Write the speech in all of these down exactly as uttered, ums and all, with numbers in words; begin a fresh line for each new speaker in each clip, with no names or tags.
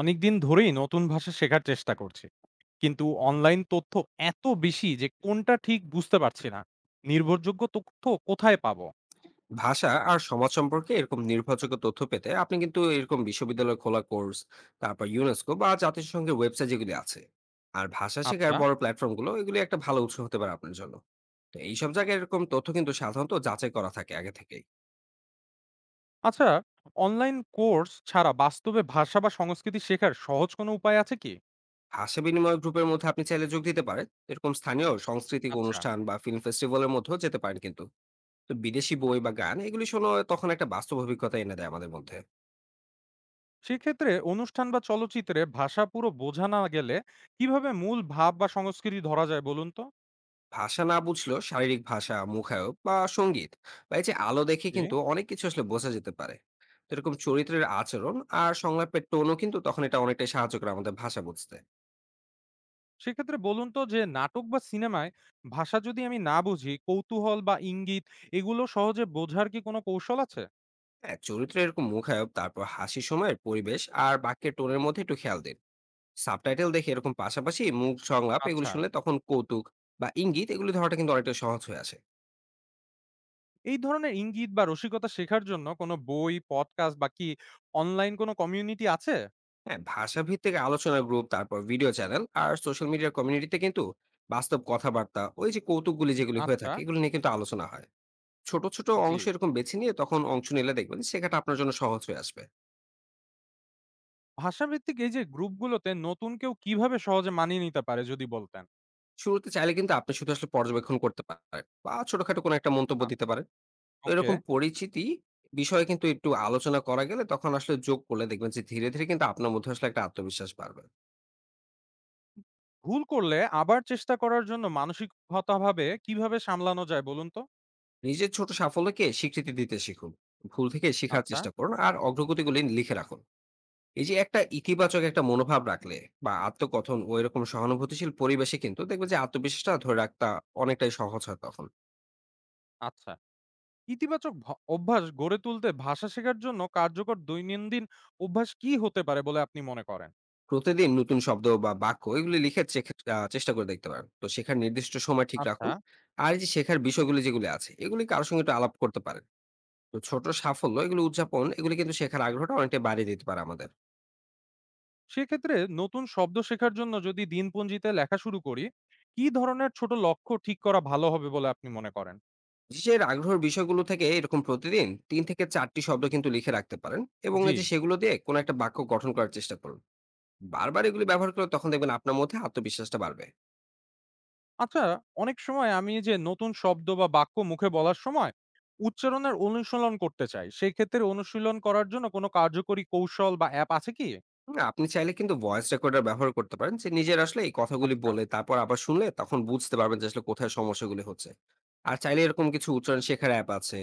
অনেকদিন ধরেই নতুন ভাষা শেখার চেষ্টা করছি, কিন্তু অনলাইন তথ্য এত বেশি যে কোনটা ঠিক বুঝতে পারছি না। নির্ভরযোগ্য তথ্য কোথায় পাবো?
ভাষা আর সমাজ সম্পর্কে এরকম নির্ভরযোগ্য তথ্য পেতে আপনি কিন্তু এরকম বিশ্ববিদ্যালয় খোলা কোর্স, তারপর ইউনেস্কো বা জাতিসংঘের ওয়েবসাইট যেগুলি আছে, আর ভাষা শেখার
আচ্ছা।
বড় প্ল্যাটফর্মগুলো, এগুলি একটা ভালো উৎস হতে পারে আপনার জন্য। তো এইসব জায়গায় এরকম তথ্য কিন্তু সাধারণত যাচাই করা থাকে আগে থেকেই।
আচ্ছা। অনলাইন কোর্স ছাড়া বাস্তবে ভাষা বা সংস্কৃতি শেখার সহজ কোনো উপায় আছে কি?
ভাষা বিনিময় গ্রুপের মধ্যে আপনি চাইলে যোগ দিতে পারেন, এরকম স্থানীয় সাংস্কৃতিক
আচ্ছা।
অনুষ্ঠান বা ফিল্ম ফেস্টিভ্যালের মধ্যেও যেতে পারেন কিন্তু। তো বিদেশি বই বা গান এগুলি শোনা তখন একটা বাস্তব অভিজ্ঞতা এনে দেয় আমাদের মধ্যে।
সেক্ষেত্রে অনুষ্ঠান বা চলচ্চিত্রে ভাষা পুরো বোঝা না গেলে কিভাবে মূল ভাব বা সংস্কৃতি ধরা যায় বলুন তো?
ভাষা না বুঝলেও শারীরিক ভাষা, মুখায়ব বা সঙ্গীত, বা এই যে আলো দেখে
জি।
কিন্তু অনেক কিছু আসলে বোঝা যেতে পারে। তো এরকম চরিত্রের আচরণ আর সংলাপের টোনও কিন্তু তখন এটা অনেকটাই সাহায্য করে আমাদের ভাষা বুঝতে।
সেক্ষেত্রে বলুন তো যে নাটক বা সিনেমায় ভাষা যদি আমি না বুঝি, কৌতূহল বা ইঙ্গিত এগুলো সহজে বোঝার কি কোনো কৌশল আছে?
হ্যাঁ, চরিত্রে এরকম মুখায়ব, তারপর হাসির সময়ের পরিবেশ আর বাক্যের টোনের মধ্যে একটু খেয়াল দিন। সাবটাইটেল দেখে এরকম পাশাপাশি মুখ সংলাপ এগুলো
আচ্ছা।
শুনলে তখন কৌতুক বা ইঙ্গিত এগুলো ধরাটা কিন্তু অনেকটা সহজ হয়ে আসে।
এই ধরনের ইঙ্গিত বা রসিকতা শেখার জন্য কোনো বই, পডকাস্ট বা কি অনলাইন কোনো কমিউনিটি আছে?
হ্যাঁ, ভাষাভিত্তিক আলোচনা গ্রুপ, তারপর ভিডিও চ্যানেল আর সোশ্যাল মিডিয়ার কমিউনিটিতে কিন্তু বাস্তব কথাবার্তা, ওই যে কৌতুকগুলি
উম,
যেগুলি হয়ে
আচ্ছা।
থাকে, এগুলো নিয়ে কিন্তু আলোচনা হয়। ছোট ছোট
জি।
অংশ এরকম বেছে নিয়ে তখন অংশ নিলে দেখবেন সেখানে আপনার জন্য সহজ হয়ে আসবে।
ভাষাভিত্তিক এই যে গ্রুপগুলোতে নতুন কেউ কিভাবে সহজে মানিয়ে নিতে পারে যদি বলতেন?
শুরুতে চাইলে কিন্তু আপনি শুধু আসলে পর্যবেক্ষণ করতে পারেন বা ছোটখাটো কোনো একটা মন্তব্য
আ,
দিতে পারেন। তো
ওকে।
এরকম পরিচিতি বিষয়ে কিন্তু একটু আলোচনা করা গেলে তখন আসলে যোগ করলে দেখবেন যে ধীরে ধীরে কিন্তু আপনার মধ্যে আসলে একটা আত্মবিশ্বাস বাড়বে।
ভুল করলে আবার চেষ্টা করার জন্য মানসিকগতভাবে কিভাবে সামলানো যায় বলুন তো?
নিজের ছোট সাফল্যকে স্বীকৃতি দিতে শিখুন। ভুল থেকে শেখার
আচ্ছা।
চেষ্টা করুন আর অগ্রগতিগুলি লিখে রাখুন। এই যে একটা ইতিবাচক একটা মনোভাব রাখলে বা আত্মকথন ও এরকম সহানুভূতিশীল পরিবেশে কিন্তু দেখবে যে আত্মবিশ্বাসটা ধরে রাখতে অনেকটাই সহজ হয় তখন।
আচ্ছা। ইতিবাচক ভ অভ্যাস গড়ে তুলতে ভাষা শেখার জন্য কার্যকর দৈনন্দিন অভ্যাস কি হতে পারে বলে আপনি মনে করেন?
প্রতিদিন নতুন শব্দ বা বাক্য এগুলি লিখে চেক- আহ, চেষ্টা করে দেখতে পারেন। তো শেখার নির্দিষ্ট সময় ঠিক
আচ্ছা।
রাখুন। আর এই যে শেখার বিষয়গুলি যেগুলি আছে এগুলি কারোর সঙ্গে একটু আলাপ করতে পারেন। তো ছোট সাফল্য এগুলো উদযাপন এগুলি কিন্তু শেখার আগ্রহটা অনেকটা বাড়িয়ে দিতে পারে আমাদের।
সেক্ষেত্রে নতুন শব্দ শেখার জন্য যদি দিনপঞ্জিতে লেখা শুরু করি, কি ধরনের ছোট লক্ষ্য ঠিক করা ভালো হবে বলে আপনি মনে করেন?
নিজের আগ্রহের বিষয়গুলো থেকে এরকম প্রতিদিন তিন থেকে চারটি শব্দ কিন্তু লিখে রাখতে পারেন, এবং
জি।
এই যে সেগুলো দিয়ে কোনো একটা বাক্য গঠন করার চেষ্টা করুন। বারবার এগুলো ব্যবহার করলে তখন দেখবেন আপনার মধ্যে আত্মবিশ্বাসটা বাড়বে।
আচ্ছা। অনেক সময় আমি যে নতুন শব্দ বা বাক্য মুখে বলার সময় উচ্চারণের অনুশীলন করতে চাই। সেক্ষেত্রে অনুশীলন করার জন্য কোনো কার্যকরী কৌশল বা অ্যাপ আছে কি?
হুম, আপনি চাইলে কিন্তু ভয়েস রেকর্ডার ব্যবহার করতে পারেন, যে নিজের আসলে এই কথাগুলি
আচ্ছা।
বলে তারপর আবার শুনলে তখন বুঝতে পারবেন যে আসলে কোথায় সমস্যাগুলি হচ্ছে। আর চাইলে এরকম কিছু উচ্চারণ শেখার অ্যাপ আছে,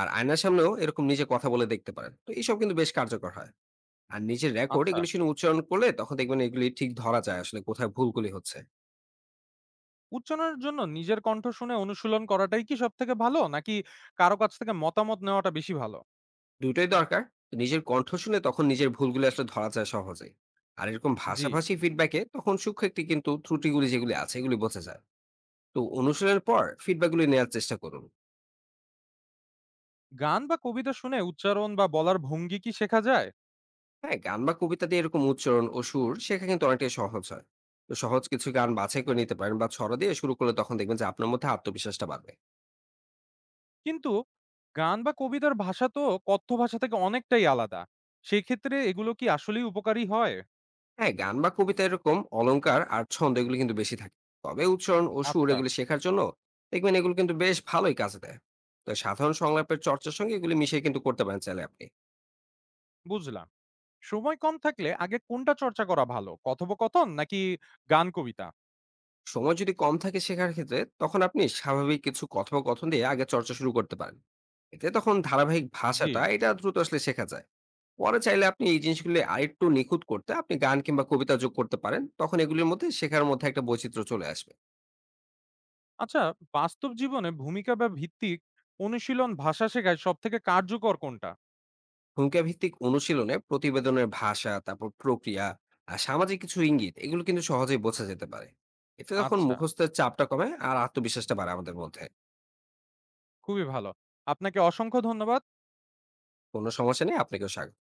আর আয়নার সামনেও এরকম নিজে কথা বলে দেখতে পারেন। তো এইসব কিন্তু বেশ কার্যকর হয়। আর নিজের রেকর্ড
আচ্ছা।
এগুলি শুনে উচ্চারণ করলে তখন দেখবেন এগুলি ঠিক ধরা যায় আসলে কোথায় ভুলগুলি হচ্ছে।
উচ্চারণের জন্য নিজের কণ্ঠ শুনে অনুশীলন করাটাই কি সবথেকে ভালো, নাকি কারো কাছ থেকে মতামত নেওয়াটা বেশি ভালো?
দুটোই দরকার। নিজের কণ্ঠ শুনে তখন নিজের ভুলগুলো আসলে ধরা যায় সহজেই। আর এরকম
জি।
ভাষাভাষী ফিডব্যাকে তখন সূক্ষ্ম একটি কিন্তু ত্রুটিগুলি যেগুলি আছে এগুলি বোঝা যায়। তো অনুশীলনের পর ফিডব্যাক গুলি নেওয়ার চেষ্টা করুন।
গান বা কবিতা শুনে উচ্চারণ বা বলার ভঙ্গি কি শেখা যায়?
হ্যাঁ, গান বা কবিতা দিয়ে এরকম উচ্চারণ ও সুর শেখা কিন্তু অনেকটাই সহজ হয়। তো সহজ কিছু গান বাছাই করে নিতে পারেন বা ছড়া দিয়ে শুরু করলে তখন দেখবেন যে আপনার মধ্যে আত্মবিশ্বাসটা বাড়বে।
কিন্তু গান বা কবিতার ভাষা তো কথ্য ভাষা থেকে অনেকটাই আলাদা। সেই ক্ষেত্রে এগুলো কি আসলেই উপকারী হয়?
হ্যাঁ, গান বা কবিতা এরকম অলংকার আর ছন্দ এগুলো কিন্তু বেশি থাকে, তবে উচ্চারণ ও সুর
আচ্ছা,
এগুলো শেখার জন্য দেখবেন এগুলো কিন্তু বেশ ভালোই কাজে দেয়। তো সাধারণ সংলাপের চর্চার সঙ্গে এগুলি মিশিয়ে কিন্তু করতে পারেন চাইলে আপনি।
বুঝলাম। সময় কম থাকলে আগে কোনটা চর্চা করা ভালো? কথোপকথন নাকি গান কবিতা?
সময় যদি কম থাকে শেখার ক্ষেত্রে তখন আপনি স্বাভাবিক কিছু কথোপকথন দিয়ে আগে চর্চা শুরু করতে পারেন। এতে তখন ধারাবাহিক
জি।
ভাষাটা এটা দ্রুত আসলে শেখা যায়। পরে চাইলে আপনি এই জিনিসগুলি আরেকটু নিখুঁত করতে আপনি গান কিংবা কবিতা যোগ করতে পারেন, তখন এগুলির মধ্যে শেখার মধ্যে একটা বৈচিত্র্য চলে আসবে।
আচ্ছা। বাস্তব জীবনে ভূমিকা বা ভিত্তিক অনুশীলন ভাষা শেখায় সবথেকে কার্যকর কোনটা?
ভূমিকা ভিত্তিক অনুশীলনে প্রতিবেদনের ভাষা, তারপর প্রক্রিয়া আর সামাজিক কিছু ইঙ্গিত এগুলো কিন্তু সহজেই বোঝা যেতে পারে। এতে তখন
আচ্ছা।
মুখস্থের চাপটা কমে আর আত্মবিশ্বাসটা বাড়ে আমাদের মধ্যে।
খুবই ভালো। আপনাকে অসংখ্য ধন্যবাদ।
কোনো সমস্যা নেই, আপনাকেও স্বাগত।